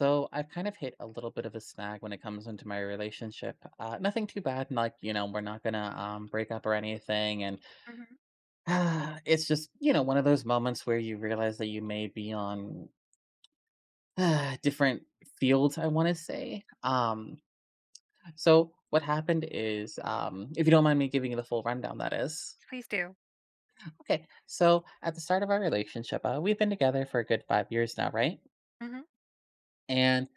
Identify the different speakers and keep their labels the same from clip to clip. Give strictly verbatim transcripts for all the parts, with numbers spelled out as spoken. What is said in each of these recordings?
Speaker 1: So I've kind of hit a little bit of a snag when it comes into my relationship. Uh, nothing too bad, and like you know, we're not gonna um, break up or anything. And
Speaker 2: Mhm.
Speaker 1: ah, it's just you know one of those moments where you realize that you may be on ah, different fields, I want to say. Um, so what happened is, um, if you don't mind me giving you the full rundown, that is.
Speaker 2: Please do.
Speaker 1: Okay, so at the start of our relationship, uh, we've been together for a good five years now, right?
Speaker 2: Mhm.
Speaker 1: And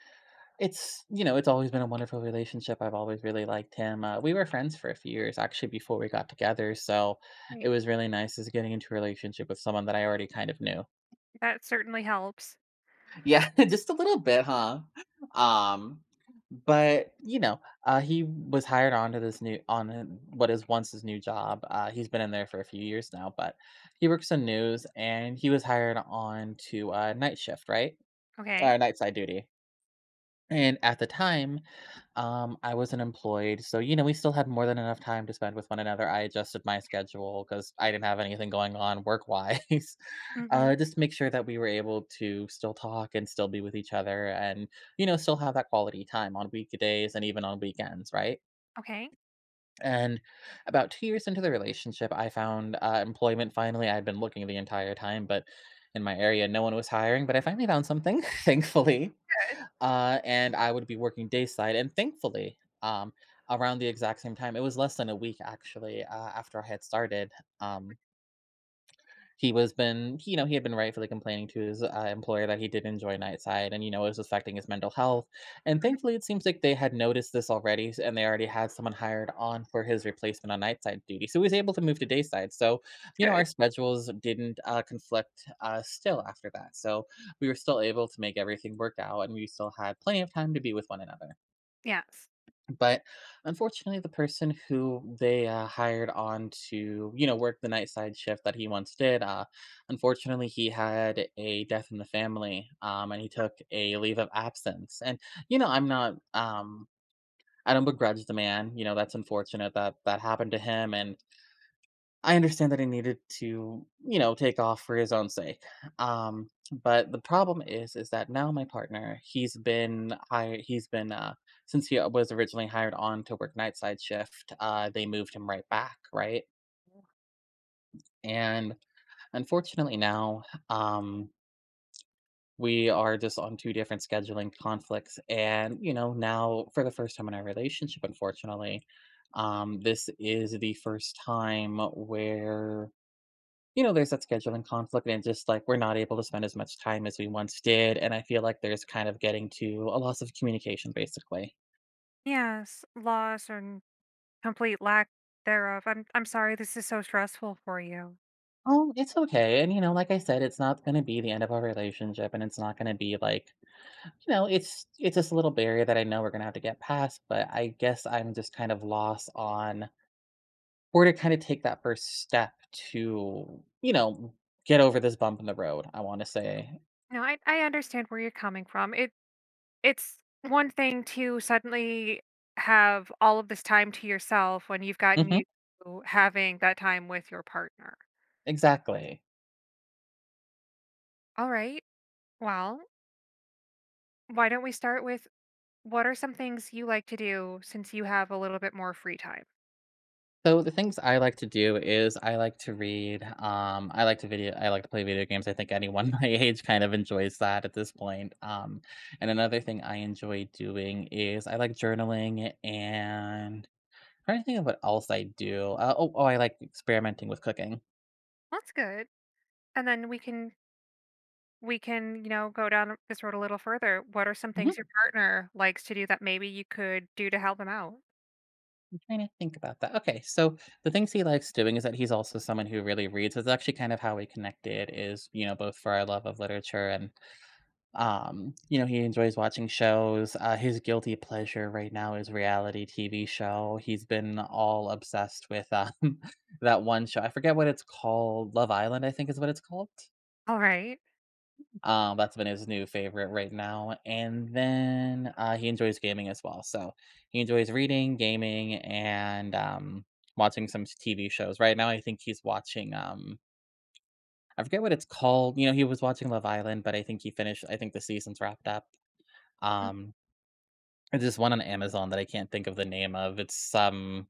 Speaker 1: it's you know, it's always been a wonderful relationship. I've always really liked him. Uh, we were friends for a few years actually before we got together, so it
Speaker 2: Okay.
Speaker 1: was really nice just getting into a relationship with someone that I already kind of knew.
Speaker 2: That certainly helps.
Speaker 1: Yeah, just a little bit, huh? Um But, you know, uh, he was hired onto this new on a what is once his new job. Uh, he's been in there for a few years now, but he works in news, and he was hired on to, uh, night shift, right?
Speaker 2: Okay.
Speaker 1: Uh, night side duty. And at the time, um, I wasn't employed, so, you know, we still had more than enough time to spend with one another. I adjusted my schedule because I didn't have anything going on work-wise,
Speaker 2: Mhm.
Speaker 1: uh, just to make sure that we were able to still talk and still be with each other and, you know, still have that quality time on weekdays and even on weekends, right?
Speaker 2: Okay.
Speaker 1: And about two years into the relationship, I found, uh, employment finally. I'd been looking the entire time, but in my area, no one was hiring, but I finally found something, thankfully.
Speaker 2: Good.
Speaker 1: Uh, and I would be working dayside, and thankfully, um, around the exact same time, it was less than a week actually, uh, after I had started, um, he was been he- you know, he had been rightfully complaining to his, uh, employer that he did enjoy nightside and, you know, it was affecting his mental health, and
Speaker 2: Mhm.
Speaker 1: thankfully, it seems like they had noticed this already, s and they already had someone hired on for his replacement on nightside duty, so he was able to move to dayside, so, you know,
Speaker 2: Good.
Speaker 1: our schedules didn't, uh, conflict, uh, still after that, so we were still able to make everything work out, and we still had plenty of time to be with one another.
Speaker 2: Yes.
Speaker 1: But unfortunately, the person who they uh, hired on to you know work the night side shift that he once did, uh, unfortunately he had a death in the family, um, and he took a leave of absence. And you know i'm not um, I don't begrudge the man. You know that's unfortunate that that happened to him, and I understand that he needed to, you know, take off for his own sake. Um, but the problem is, is that now my partner, he's been hired, he's been, uh, since he uh, was originally hired on to work night side shift, uh, they moved him right back, right? And unfortunately now, um, we are just on two different scheduling conflicts. And, you know, now for the first time in our relationship, unfortunately, um, this is the first time where You know, there's that scheduling conflict and just like we're not able to spend as much time as we once did. And I feel like there's kind of getting to a loss of communication basically.
Speaker 2: Yes. Loss and complete lack thereof. I'm I'm sorry this is so stressful for you.
Speaker 1: Oh, it's okay. And you know, like I said, it's not gonna be the end of our relationship and it's not gonna be like, you know, it's it's just a little barrier that I know we're gonna have to get past, but I guess I'm just kind of lost on where to kind of take that first step to, you know, get over this bump in the road, I wanna say.
Speaker 2: No, I I understand where you're coming from. It it's one thing to suddenly have all of this time to yourself when you've gotten
Speaker 1: Hmm.
Speaker 2: used to having that time with your partner.
Speaker 1: Exactly.
Speaker 2: All right. Well, why don't we start with? What are some things you like to do since you have a little bit more free time?
Speaker 1: So the things I like to do is I like to read, um, I like to video I like to play video games. I think anyone my age kind of enjoys that at this point. Um, and another thing I enjoy doing is I like journaling, and I'm trying to think of what else I do. Uh, oh, oh, I like experimenting with cooking.
Speaker 2: Well, that's good. And then we can we can, you know, go down this road a little further. What are some
Speaker 1: Mhm.
Speaker 2: things your partner likes to do that maybe you could do to help him out?
Speaker 1: I'm trying to think about that. Okay, so the things he likes doing is that he's also someone who really reads. It's actually kind of how we connected, is you know both for our love of literature, and Um, you know, he enjoys watching shows. Uh, his guilty pleasure right now is reality T V show. He's been all obsessed with um, that one show. I forget what it's called. Love Island, I think, is what it's called.
Speaker 2: All right.
Speaker 1: Um, that's been his new favorite right now. And then uh, he enjoys gaming as well. So he enjoys reading, gaming, and um, watching some T V shows. Right now, I think he's watching. Um, I forget what it's called. You know, he was watching Love Island, but I think he finished. I think the season's wrapped up.
Speaker 2: Mm.
Speaker 1: Um, There's this one on Amazon that I can't think of the name of. It's some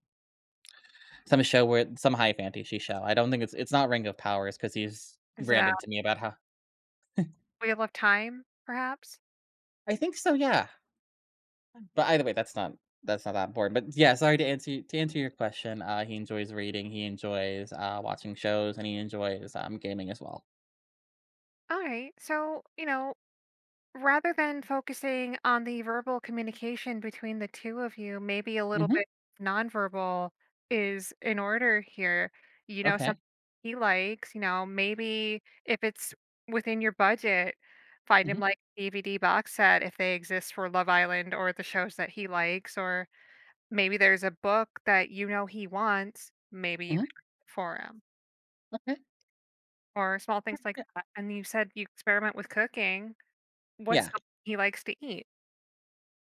Speaker 1: some show where some high fantasy show. I don't think it's it's not Ring of Powers because he's
Speaker 2: Is it a
Speaker 1: ranted to me about how.
Speaker 2: wheel of time, perhaps?
Speaker 1: I think so, yeah. But either way, that's not that's not that important. But yeah, sorry to answer to answer your question. Uh, he enjoys reading. He enjoys uh, watching shows, and he enjoys um, gaming as well.
Speaker 2: All right. So, you know, rather than focusing on the verbal communication between the two of you, maybe a little
Speaker 1: Hmm.
Speaker 2: bit nonverbal is in order here. You know, something
Speaker 1: Okay.
Speaker 2: he likes, you know, maybe if it's within your budget, find him
Speaker 1: Hmm,
Speaker 2: like D V D box set if they exist for Love Island or the shows that he likes, or maybe there's a book that you know he wants, maybe you
Speaker 1: hmm.
Speaker 2: could get it for him,
Speaker 1: Okay.
Speaker 2: or small things like that. And you said you experiment with cooking. What's
Speaker 1: Yeah.
Speaker 2: something he likes to eat?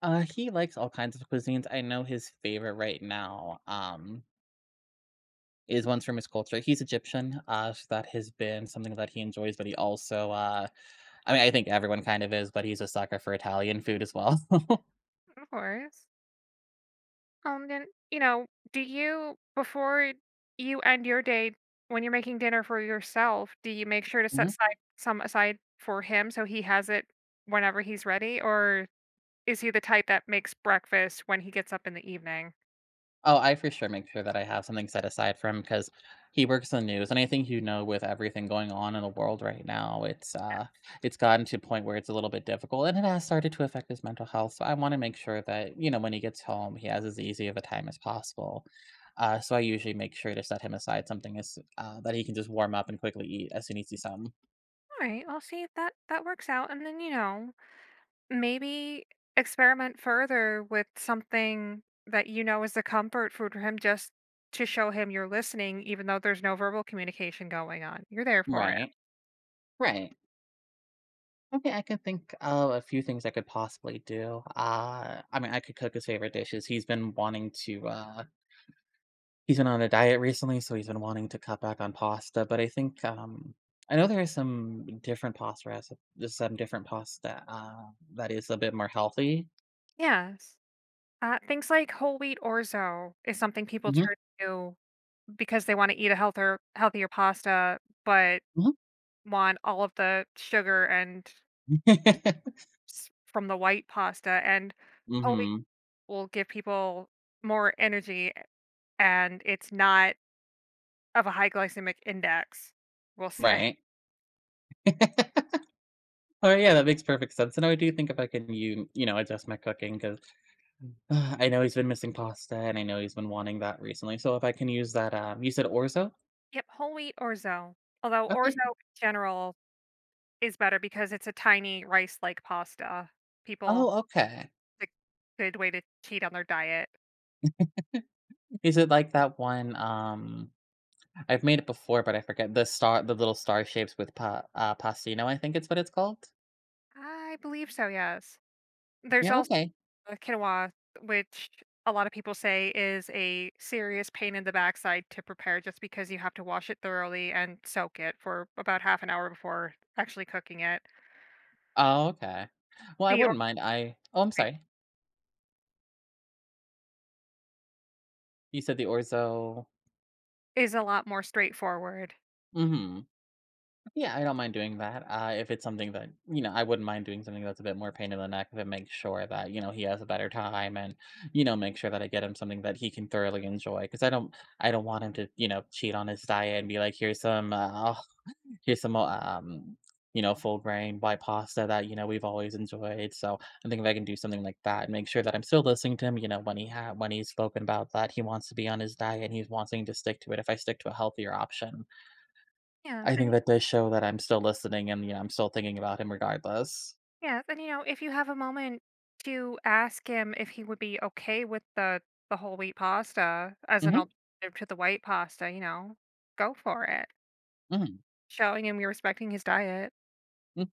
Speaker 1: Uh, he likes all kinds of cuisines. I know his favorite right now. Um, Is one's from his culture. He's Egyptian, uh, so that has been something that he enjoys, but he also, uh I mean, I think everyone kind of is, but he's a sucker for Italian food as well.
Speaker 2: Of course. Um, then, you know, do you, before you end your day, when you're making dinner for yourself, do you make sure to set aside some aside for him so he has it whenever he's ready? Or is he the type that makes breakfast when he gets up in the evening?
Speaker 1: Oh, I for sure make sure that I have something set aside for him because he works the news, and I think you know with everything going on in the world right now, it's uh, it's gotten to a point where it's a little bit difficult, and it has started to affect his mental health. So I want to make sure that you know when he gets home, he has as easy of a time as possible. Uh, so I usually make sure to set him aside something as uh, that he can just warm up and quickly eat as soon as he's home.
Speaker 2: All right, I'll see if that that works out. And then, you know, maybe experiment further with something that you know is a comfort food for him just to show him you're listening, even though there's no verbal communication going on. You're there for it.
Speaker 1: Right, right. Okay, I could think of a few things I could possibly do. Uh, I mean, I could cook his favorite dishes. He's been wanting to. Uh, He's been on a diet recently, so he's been wanting to cut back on pasta, but I think, um I know there are some different pasta reci there's some different pasta, uh, that is a bit more healthy.
Speaker 2: Yes. Uh, things like whole wheat orzo is something people
Speaker 1: Mhm,
Speaker 2: turn to because they want to eat a healthier healthier pasta, but
Speaker 1: mhm.
Speaker 2: want all of the sugar and
Speaker 1: Mhm.
Speaker 2: s- from the white pasta. And whole wheat will give people more energy, and it's not of a high glycemic index. We'll say,
Speaker 1: Right. Oh, yeah, that makes perfect sense, and I do think if I can you you know, adjust my cooking cooking 'cause uh, I know he's been missing pasta, and I know he's been wanting that recently, so if I can use that, um you said orzo?
Speaker 2: yep, whole wheat orzo. Although orzo
Speaker 1: Okay.
Speaker 2: in general is better because it's a tiny rice-like pasta. People,
Speaker 1: Oh, okay.
Speaker 2: it's a good way to cheat on their diet.
Speaker 1: Is it like that one, um I've made it before, but I forget the star the little star shapes with pa uh, pastino, I think it's what it's called?
Speaker 2: I believe so, yes. There's
Speaker 1: Yeah,
Speaker 2: also
Speaker 1: okay.
Speaker 2: uh, quinoa, which a lot of people say is a serious pain in the backside to prepare just because you have to wash it thoroughly and soak it for about half an hour before actually cooking it.
Speaker 1: Oh, okay. Well, I
Speaker 2: The orgeat
Speaker 1: wouldn't mind, I oh, I'm sorry. You said the orzo.
Speaker 2: is a lot more straightforward.
Speaker 1: Mhm. Yeah, I don't mind doing that, uh, if it's something that you know, I wouldn't mind doing something that's a bit more pain in the neck if it makes sure that, you know, he has a better time and, you know, make sure that I get him something that he can thoroughly enjoy. Because I don't I
Speaker 2: Yeah.
Speaker 1: don't want him to, you know, cheat on his diet and be like, "Here's some, uh, Here's some more, um, you know, full grain white pasta that, you know, we've always enjoyed." So I think if I can do something like that and make sure that I'm still listening to him, you know, when he ha when he's spoken about that he wants to be on his diet and he's wanting to stick to it. If I stick to a healthier option,
Speaker 2: Yeah.
Speaker 1: I think
Speaker 2: And
Speaker 1: that does show that I'm still listening and, you know, I'm still thinking about him regardless.
Speaker 2: yeah, and you know, if you have a moment to ask him if he would be okay with the the whole wheat pasta as an
Speaker 1: Mhm,
Speaker 2: alternative to the white pasta, you know, go for it.
Speaker 1: mhm,
Speaker 2: Showing him you're respecting his diet.
Speaker 1: mm.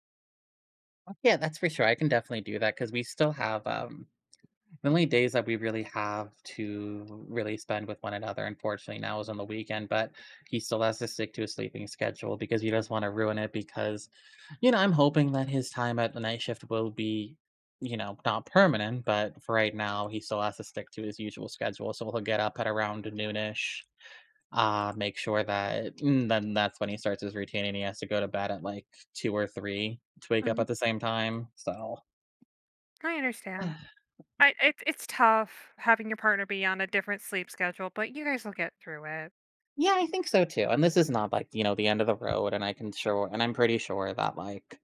Speaker 1: Yeah, that's for sure. I can definitely do that because we still have, um The only days that we really have to really spend with one another, unfortunately, now is on the weekend, but he still has to stick to his sleeping schedule because he doesn't want to ruin it because, you know, I'm hoping that his time at the night shift will be, you know, not permanent, but for right now, he still has to stick to his usual schedule. So he'll get up at around noonish, uh, make sure that, and then that's when he starts his routine and he has to go to bed at like two or three to wake up at the same time. So
Speaker 2: I understand. I it, it's tough having your partner be on a different sleep schedule, but you guys will get through it.
Speaker 1: yeah, I think so too, and this is not, like, you know, the end of the road, and I can show and I'm pretty sure that, like,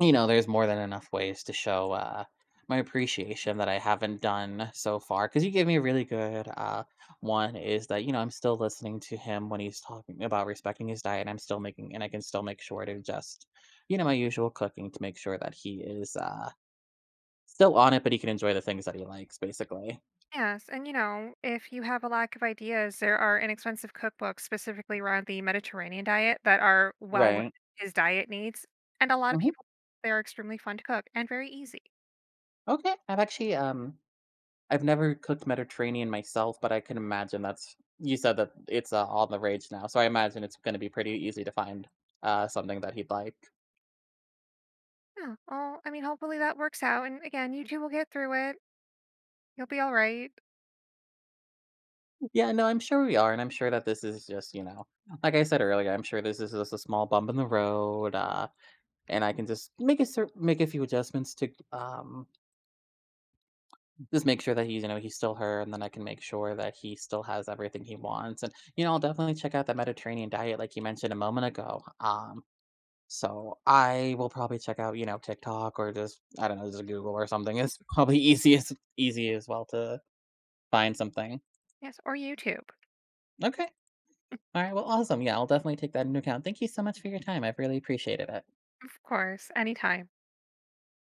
Speaker 1: you know, there's more than enough ways to show, uh, my appreciation that I haven't done so far. Because you gave me a really good, uh, one is that, you know, I'm still listening to him when he's talking about respecting his diet. I'm still making, and I can still make sure to just, you know, my usual cooking, to make sure that he is, uh, still on it, but he can enjoy the things that he likes, basically.
Speaker 2: Yes, and you know, if you have a lack of ideas, there are inexpensive cookbooks specifically around the Mediterranean diet that are well within
Speaker 1: Right.
Speaker 2: his diet needs, and a lot of
Speaker 1: Mhm.
Speaker 2: people they are extremely fun to cook and very easy.
Speaker 1: Okay, I've actually, um I've never cooked Mediterranean myself, but I can imagine that's you said that it's, uh, all the rage now, so I imagine it's gonna be pretty easy to find, uh, something that he'd like.
Speaker 2: Yeah. Well, I mean, hopefully that works out, and again, you two will get through it. You'll be all right.
Speaker 1: Yeah, no, I'm sure we are, and I'm sure that this is just, you know like I said earlier, I'm sure this is just a small bump in the road, uh, and I can just make a cer make a few adjustments to, um, just make sure that he's, you know, he's still her, and then I can make sure that he still has everything he wants, and, you know, I'll definitely check out the Mediterranean diet like you mentioned a moment ago. Um So I will probably check out, you know, TikTok or just I don't know, just Google or something. It's probably easiest easy as well to find something.
Speaker 2: Yes, or YouTube,
Speaker 1: Okay. All right. Well, awesome. Yeah, I'll definitely take that into account. Thank you so much for your time. I've really appreciated it.
Speaker 2: of course, anytime.